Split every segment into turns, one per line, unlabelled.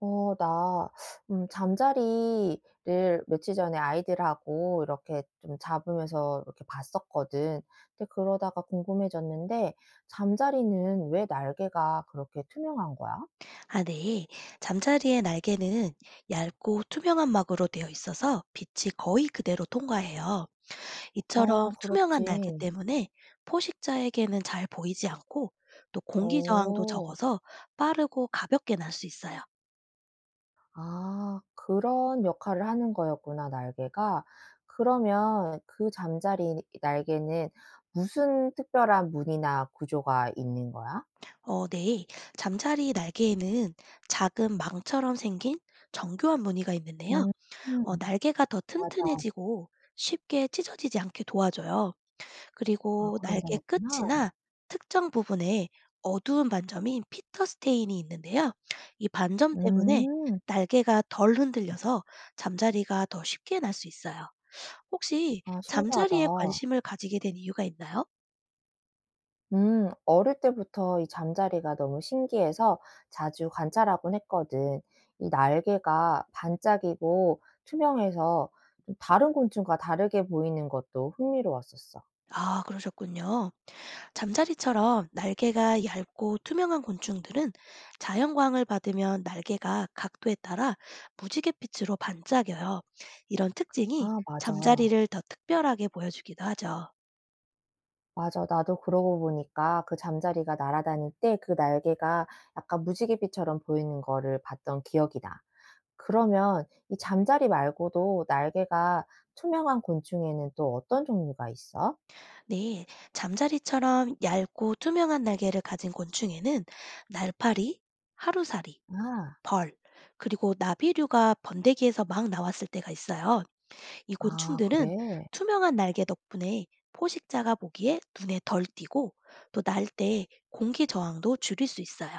어, 나, 잠자리를 며칠 전에 아이들하고 이렇게 좀 잡으면서 이렇게 봤었거든. 근데 그러다가 궁금해졌는데, 잠자리는 왜 날개가 그렇게 투명한 거야?
아, 네. 잠자리의 날개는 얇고 투명한 막으로 되어 있어서 빛이 거의 그대로 통과해요. 이처럼
어,
투명한 날개
그렇지.
때문에 포식자에게는 잘 보이지 않고 또 공기 저항도
어.
적어서 빠르고 가볍게 날 수 있어요.
아, 그런 역할을 하는 거였구나, 날개가. 그러면 그 잠자리 날개는 무슨 특별한 무늬나 구조가 있는 거야?
네. 잠자리 날개에는 작은 망처럼 생긴 정교한 무늬가 있는데요.
음. 음.
날개가 더
맞아.
튼튼해지고 쉽게 찢어지지 않게 도와줘요.
아,
그리고
그런
날개
거였구나.
끝이나 특정 부분에 어두운 반점인 피터 스테인이 있는데요. 이 반점 때문에
음.
날개가 덜 흔들려서 잠자리가 더 쉽게 날 수 있어요. 혹시
아, 신기하다.
잠자리에 관심을 가지게 된 이유가 있나요?
어릴 때부터 이 잠자리가 너무 신기해서 자주 관찰하곤 했거든. 이 날개가 반짝이고 투명해서 좀 다른 곤충과 다르게 보이는 것도 흥미로웠었어.
아, 그러셨군요. 잠자리처럼 날개가 얇고 투명한 곤충들은 자연광을 받으면 날개가 각도에 따라 무지갯빛으로 반짝여요. 이런 특징이
아, 맞아.
잠자리를 더 특별하게 보여주기도 하죠.
맞아. 나도 그러고 보니까 그 잠자리가 날아다닐 때 그 날개가 약간 무지개빛처럼 보이는 거를 봤던 기억이 나. 그러면 이 잠자리 말고도 날개가 투명한 곤충에는 또 어떤 종류가 있어?
네, 잠자리처럼 얇고 투명한 날개를 가진 곤충에는 날파리, 하루살이,
아.
벌, 그리고 나비류가 번데기에서 막 나왔을 때가 있어요. 이
아,
곤충들은
그래?
투명한 날개 덕분에 포식자가 보기에 눈에 덜 띄고 또 날 때 공기 저항도 줄일 수 있어요.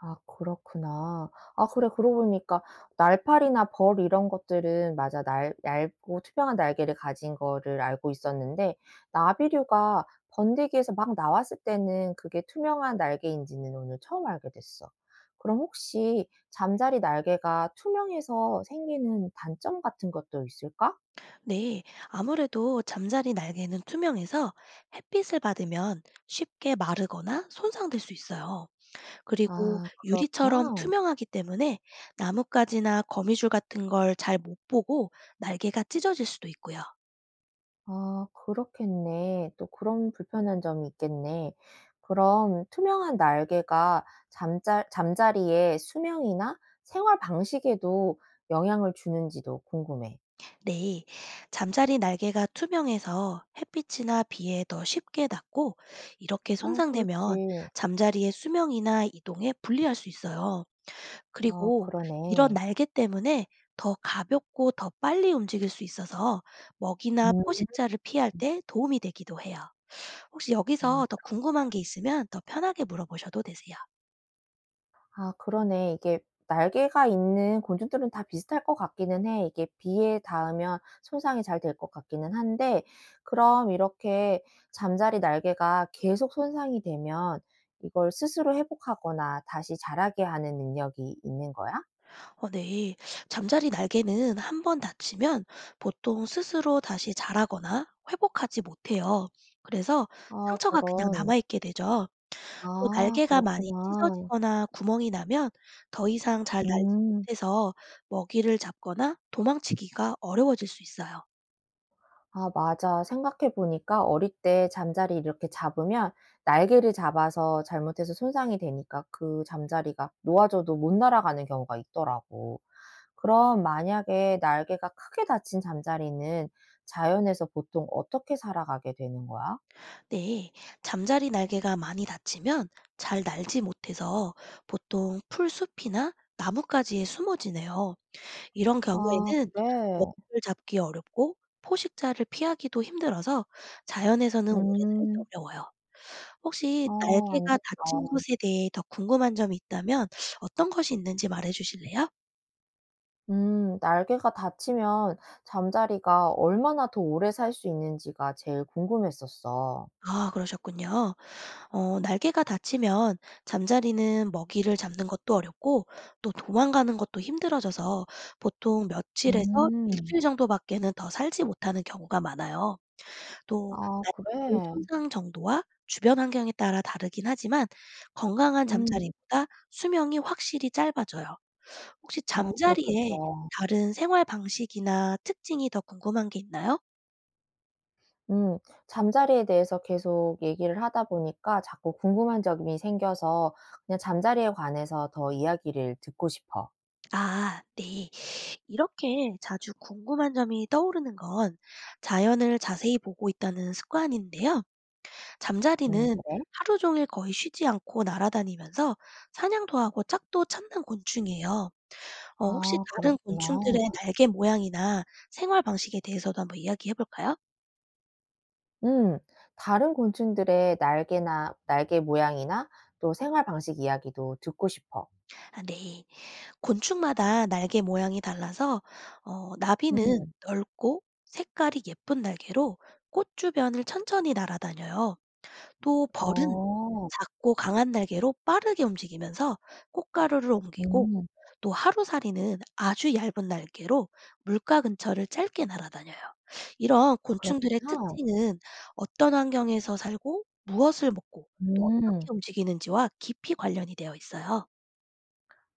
아, 그렇구나. 아, 그래, 그러고 보니까 날파리나 벌 이런 것들은, 맞아, 날 얇고 투명한 날개를 가진 거를 알고 있었는데 나비류가 번데기에서 막 나왔을 때는 그게 투명한 날개인지는 오늘 처음 알게 됐어. 그럼 혹시 잠자리 날개가 투명해서 생기는 단점 같은 것도 있을까?
네, 아무래도 잠자리 날개는 투명해서 햇빛을 받으면 쉽게 마르거나 손상될 수 있어요. 그리고
아,
유리처럼
그렇구나.
투명하기 때문에 나뭇가지나 거미줄 같은 걸 잘 못 보고 날개가 찢어질 수도 있고요.
아, 그렇겠네. 또 그런 불편한 점이 있겠네. 그럼 투명한 날개가 잠자리의 수명이나 생활 방식에도 영향을 주는지도 궁금해.
네. 잠자리 날개가 투명해서 햇빛이나 비에 더 쉽게 닿고 이렇게
어,
손상되면
그렇지.
잠자리의 수명이나 이동에 불리할 수 있어요.
어,
그리고 이런
그러네.
날개 때문에 더 가볍고 더 빨리 움직일 수 있어서 먹이나
음.
포식자를 피할 때 도움이 되기도 해요. 혹시
아.
여기서 더 궁금한 게 있으면 더 편하게 물어보셔도 되세요.
아, 그러네. 이게 날개가 있는 곤충들은 다 비슷할 것 같기는 해. 이게 비에 닿으면 손상이 잘 될 것 같기는 한데 그럼 이렇게 잠자리 날개가 계속 손상이 되면 이걸 스스로 회복하거나 다시 자라게 하는 능력이 있는 거야?
네. 잠자리 날개는 한 번 다치면 보통 스스로 다시 자라거나 회복하지 못해요. 그래서
아,
상처가 그냥
저런.
남아 있게 되죠. 또
아,
날개가 많이
그렇구나.
찢어지거나 구멍이 나면 더 이상 잘 날지
음.
못해서 먹이를 잡거나 도망치기가 어려워질 수 있어요.
아, 맞아. 생각해 보니까 어릴 때 잠자리 이렇게 잡으면 날개를 잡아서 잘못해서 손상이 되니까 그 잠자리가 놓아져도 못 날아가는 경우가 있더라고. 그럼 만약에 날개가 크게 다친 잠자리는 자연에서 보통 어떻게 살아가게 되는 거야?
네, 잠자리 날개가 많이 다치면 잘 날지 못해서 보통 풀숲이나 나뭇가지에 숨어지네요. 이런 경우에는
아, 그래.
먹이를 잡기 어렵고 포식자를 피하기도 힘들어서 자연에서는 오래 살기
음.
어려워요. 혹시
아, 안
날개가
됐다.
다친 곳에 대해 더 궁금한 점이 있다면 어떤 것이 있는지 말해 주실래요?
날개가 다치면 잠자리가 얼마나 더 오래 살 수 있는지가 제일 궁금했었어.
아, 그러셨군요. 날개가 다치면 잠자리는 먹이를 잡는 것도 어렵고 또 도망가는 것도 힘들어져서 보통 며칠에서
음.
일주일 정도밖에는 더 살지 못하는 경우가 많아요. 또
아,
날개의
그래?
손상 정도와 주변 환경에 따라 다르긴 하지만 건강한
음.
잠자리보다 수명이 확실히 짧아져요. 혹시
아, 그렇겠다.
잠자리에 다른 생활 방식이나 특징이 더 궁금한 게 있나요?
음. 잠자리에 대해서 계속 얘기를 하다 보니까 자꾸 궁금한 점이 생겨서 그냥 잠자리에 관해서 더 이야기를 듣고 싶어.
아, 네. 이렇게 자주 궁금한 점이 떠오르는 건 자연을 자세히 보고 있다는 습관인데요.
음,
잠자리는
그래?
하루 종일 거의 쉬지 않고 날아다니면서 사냥도 하고 짝도 찾는 곤충이에요. 혹시
아,
다른
그렇구나.
곤충들의 날개 모양이나 생활 방식에 대해서도 한번 이야기해 볼까요?
음. 다른 곤충들의 날개나 날개 모양이나 또 생활 방식 이야기도 듣고 싶어.
아, 네. 곤충마다 날개 모양이 달라서 나비는
음.
넓고 색깔이 예쁜 날개로 꽃 주변을 천천히 날아다녀요. 또 벌은
어.
작고 강한 날개로 빠르게 움직이면서 꽃가루를 옮기고
음.
또 하루살이는 아주 얇은 날개로 물가 근처를 짧게 날아다녀요. 이런 곤충들의
그렇구나.
특징은 어떤 환경에서 살고 무엇을 먹고 또 어떻게
음.
움직이는지와 깊이 관련이 되어 있어요.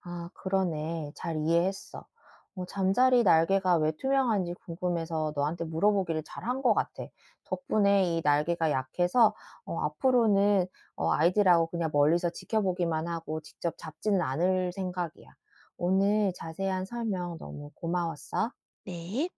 아, 그러네. 잘 이해했어. 잠자리 날개가 왜 투명한지 궁금해서 너한테 물어보기를 잘한 것 같아. 덕분에 이 날개가 약해서 앞으로는 아이들하고 그냥 멀리서 지켜보기만 하고 직접 잡지는 않을 생각이야. 오늘 자세한 설명 너무 고마웠어.
네.